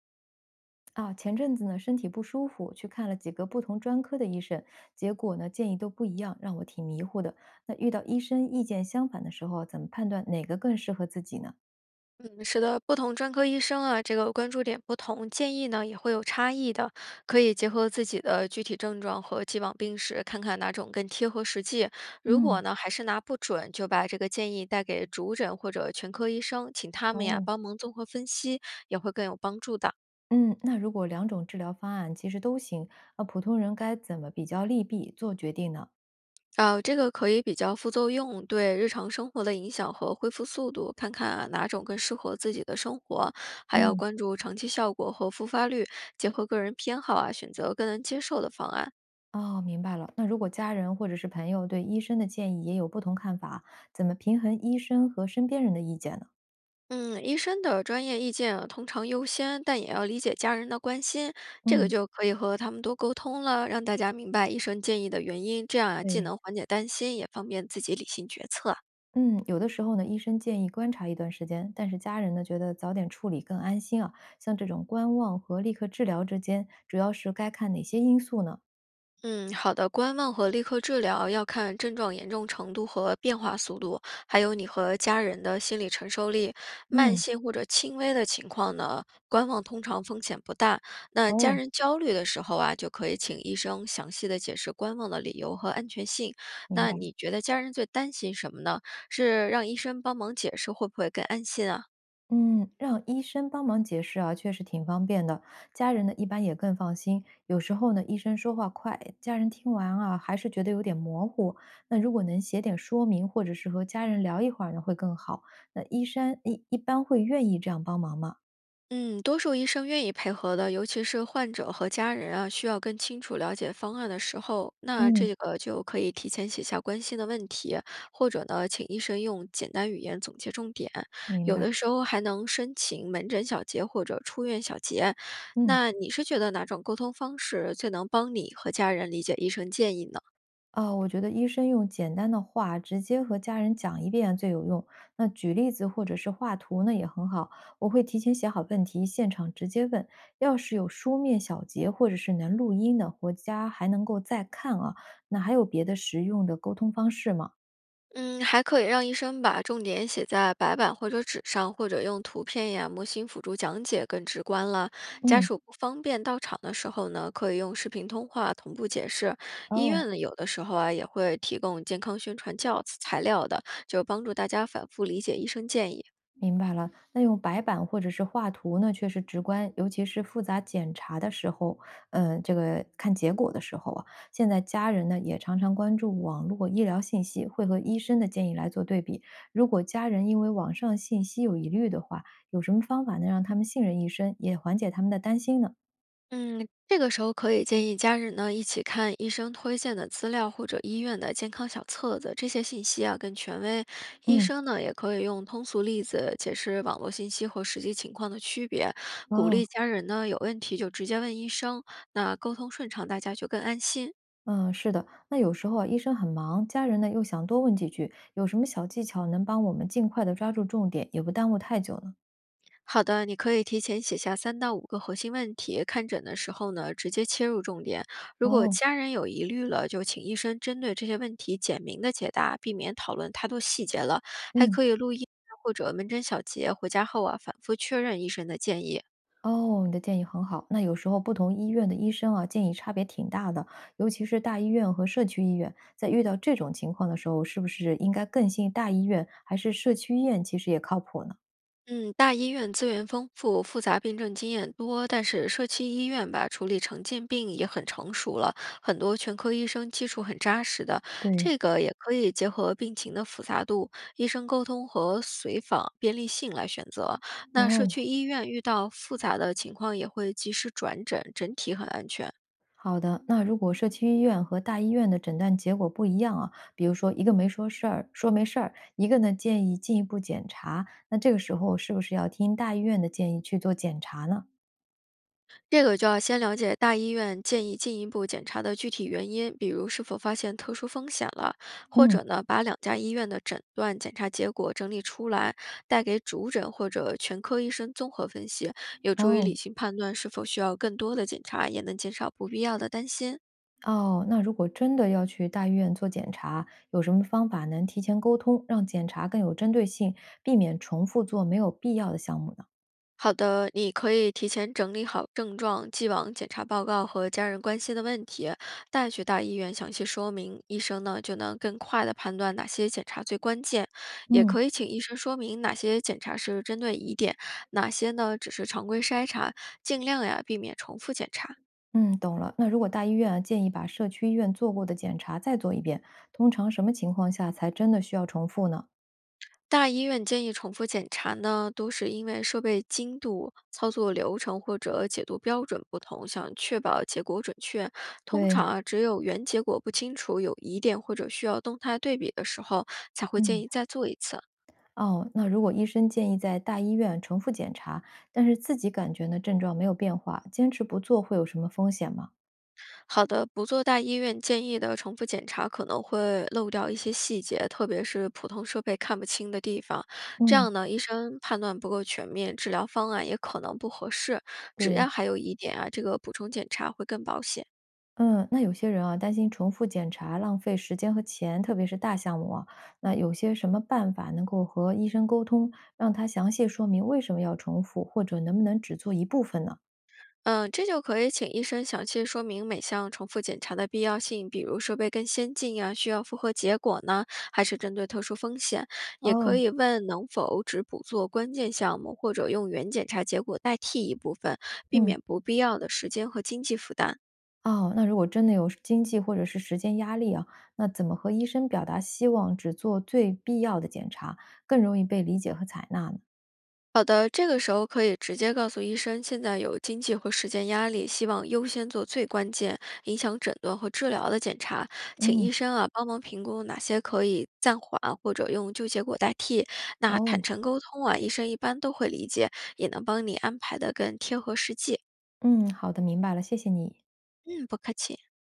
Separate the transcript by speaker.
Speaker 1: 啊，前阵子呢，身体不舒服，去看了几个不同专科的医生，结果呢，建议都不一样，让我挺迷糊的。那遇到医生意见相反的时候，怎么判断哪个更适合自己呢？
Speaker 2: 嗯，是的，不同专科医生啊，这个关注点不同，建议呢也会有差异的，可以结合自己的具体症状和既往病史，看看哪种更贴合实际。如
Speaker 1: 嗯，
Speaker 2: 果呢还是拿不准，就把这个建议带给主诊或者全科医生，请他们呀
Speaker 1: 哦，
Speaker 2: 帮忙综合分析，也会更有帮助的。
Speaker 1: 嗯，那如果两种治疗方案其实都行，那普通人该怎么比较利弊做决定呢？
Speaker 2: 啊，这个可以比较副作用对日常生活的影响和恢复速度，看看啊哪种更适合自己的生活，还要
Speaker 1: 嗯，
Speaker 2: 关注长期效果和复发率，结合个人偏好啊，选择更能接受的方案。
Speaker 1: 哦，明白了。那如果家人或者是朋友对医生的建议也有不同看法，怎么平衡医生和身边人的意见呢？
Speaker 2: 嗯，医生的专业意见啊通常优先，但也要理解家人的关心，这个
Speaker 1: 嗯。
Speaker 2: 就可以和他们多沟通了，让大家明白医生建议的原因，这样啊既
Speaker 1: 对，
Speaker 2: 能缓解担心，也方便自己理性决策啊。
Speaker 1: 嗯，有的时候呢，医生建议观察一段时间，但是家人呢觉得早点处理更安心啊。像这种观望和立刻治疗之间，主要是该看哪些因素呢？
Speaker 2: 嗯，好的，观望和立刻治疗要看症状严重程度和变化速度，还有你和家人的心理承受力。慢
Speaker 1: 嗯，
Speaker 2: 性或者轻微的情况呢，观望通常风险不大。那家
Speaker 1: 哦，
Speaker 2: 人焦虑的时候啊，就可以请医生详细的解释观望的理由和安全性。
Speaker 1: 明
Speaker 2: 那
Speaker 1: 白。
Speaker 2: 你觉得家人最担心什么呢？是让医生帮忙解释会不会更安心啊？
Speaker 1: 嗯，让医生帮忙解释啊，确实挺方便的。家人呢一般也更放心。有时候呢，医生说话快，家人听完啊还是觉得有点模糊。那如果能写点说明，或者是和家人聊一会儿呢，会更好。那医生一般会愿意这样帮忙吗？
Speaker 2: 嗯，多数医生愿意配合的，尤其是患者和家人啊，需要更清楚了解方案的时候，那
Speaker 1: 嗯，
Speaker 2: 这个就可以提前写下关心的问题，或者呢，请医生用简单语言总结重点。
Speaker 1: 明
Speaker 2: 有
Speaker 1: 白。
Speaker 2: 的时候还能申请门诊小结或者出院小结。
Speaker 1: 嗯。
Speaker 2: 那你是觉得哪种沟通方式最能帮你和家人理解医生建议呢？
Speaker 1: 啊，我觉得医生用简单的话直接和家人讲一遍最有用。那举例子或者是画图呢也很好。我会提前写好问题，现场直接问。要是有书面小结或者是能录音的，回家还能够再看啊。那还有别的实用的沟通方式吗？
Speaker 2: 嗯，还可以让医生把重点写在白板或者纸上，或者用图片呀、模型辅助讲解，更直观了。家
Speaker 1: 嗯，
Speaker 2: 属不方便到场的时候呢，可以用视频通话同步解释。医
Speaker 1: 哦。
Speaker 2: 院呢，有的时候啊也会提供健康宣传教材材料的，就帮助大家反复理解医生建议。
Speaker 1: 明白了，那用白板或者是画图呢，确实直观，尤其是复杂检查的时候，嗯，这个看结果的时候啊，现在家人呢也常常关注网络医疗信息，会和医生的建议来做对比。如果家人因为网上信息有疑虑的话，有什么方法能让他们信任医生，也缓解他们的担心呢？
Speaker 2: 嗯，这个时候可以建议家人呢一起看医生推荐的资料或者医院的健康小册子，这些信息啊更权威。医
Speaker 1: 嗯，
Speaker 2: 生呢也可以用通俗例子解释网络信息和实际情况的区别，鼓
Speaker 1: 哦，
Speaker 2: 励家人呢有问题就直接问医生，那沟通顺畅，大家就更安心。
Speaker 1: 嗯，是的，那有时候啊，医生很忙，家人呢又想多问几句，有什么小技巧能帮我们尽快的抓住重点，也不耽误太久呢？
Speaker 2: 好的，你可以提前写下3到5个核心问题，看诊的时候呢，直接切入重点。如果
Speaker 1: 哦，
Speaker 2: 家人有疑虑了，就请医生针对这些问题简明的解答，避免讨论太多细节了。还
Speaker 1: 嗯。
Speaker 2: 可以录音啊或者门诊小结，回家后啊反复确认医生的建议。
Speaker 1: 哦，你的建议很好。那有时候不同医院的医生啊，建议差别挺大的，尤其是大医院和社区医院。在遇到这种情况的时候，是不是应该更信大医院，还是社区医院其实也靠谱呢？
Speaker 2: 嗯，大医院资源丰富，复杂病症经验多，但是社区医院吧，处理常见病也很成熟了，很多全科医生基础很扎实的，
Speaker 1: 对，
Speaker 2: 这个也可以结合病情的复杂度、医生沟通和随访便利性来选择。那社
Speaker 1: 哦，
Speaker 2: 区医院遇到复杂的情况也会及时转诊，整体很安全。
Speaker 1: 好的。那如果社区医院和大医院的诊断结果不一样啊，比如说一个没说事儿，说没事儿，一个呢建议进一步检查，那这个时候是不是要听大医院的建议去做检查呢？
Speaker 2: 这个就要先了解大医院建议进一步检查的具体原因，比如是否发现特殊风险了，或
Speaker 1: 嗯，
Speaker 2: 者呢，把两家医院的诊断检查结果整理出来，带给主诊或者全科医生综合分析，有助于
Speaker 1: 哦，
Speaker 2: 理性判断是否需要更多的检查，也能减少不必要的担心。
Speaker 1: 哦，那如果真的要去大医院做检查，有什么方法能提前沟通，让检查更有针对性，避免重复做没有必要的项目呢？
Speaker 2: 好的，你可以提前整理好症状、既往检查报告和家人关心的问题，带去大医院详细说明，医生呢就能更快的判断哪些检查最关键，也
Speaker 1: 嗯，
Speaker 2: 可以请医生说明哪些检查是针对疑点，哪些呢只是常规筛查，尽量呀避免重复检查。
Speaker 1: 嗯，懂了。那如果大医院啊建议把社区医院做过的检查再做一遍，通常什么情况下才真的需要重复呢？
Speaker 2: 大医院建议重复检查呢，都是因为设备精度、操作流程或者解读标准不同，想确保结果准确。通
Speaker 1: 对，
Speaker 2: 常啊，只有原结果不清楚、有疑点或者需要动态对比的时候，才会建
Speaker 1: 嗯
Speaker 2: 议再做一次。
Speaker 1: 哦，那如果医生建议在大医院重复检查，但是自己感觉呢症状没有变化，坚持不做会有什么风险吗？
Speaker 2: 好的，不做大医院建议的重复检查，可能会漏掉一些细节，特别是普通设备看不清的地方。这
Speaker 1: 嗯。
Speaker 2: 样呢，医生判断不够全面，治疗方案也可能不合适。只
Speaker 1: 对，
Speaker 2: 要还有疑点啊，这个补充检查会更保险。
Speaker 1: 嗯，那有些人啊，担心重复检查浪费时间和钱，特别是大项目啊，那有些什么办法能够和医生沟通，让他详细说明为什么要重复，或者能不能只做一部分呢？
Speaker 2: 嗯，这就可以请医生详细说明每项重复检查的必要性，比如设备更先进呀、需要复核结果呢，还是针对特殊风险？也可
Speaker 1: 哦，
Speaker 2: 以问能否只补做关键项目，或者用原检查结果代替一部分，避
Speaker 1: 嗯，
Speaker 2: 免不必要的时间和经济负担。
Speaker 1: 哦，那如果真的有经济或者是时间压力啊，那怎么和医生表达希望只做最必要的检查，更容易被理解和采纳呢？
Speaker 2: 好的，这个时候可以直接告诉医生，现在有经济和时间压力，希望优先做最关键、影响诊断和治疗的检查，请医
Speaker 1: 嗯，
Speaker 2: 生啊帮忙评估哪些可以暂缓或者用旧结果代替。那坦
Speaker 1: 哦，
Speaker 2: 诚沟通啊，医生一般都会理解，也能帮你安排的更贴合实际。
Speaker 1: 嗯，好的，明白了，谢谢你。
Speaker 2: 嗯，不客气。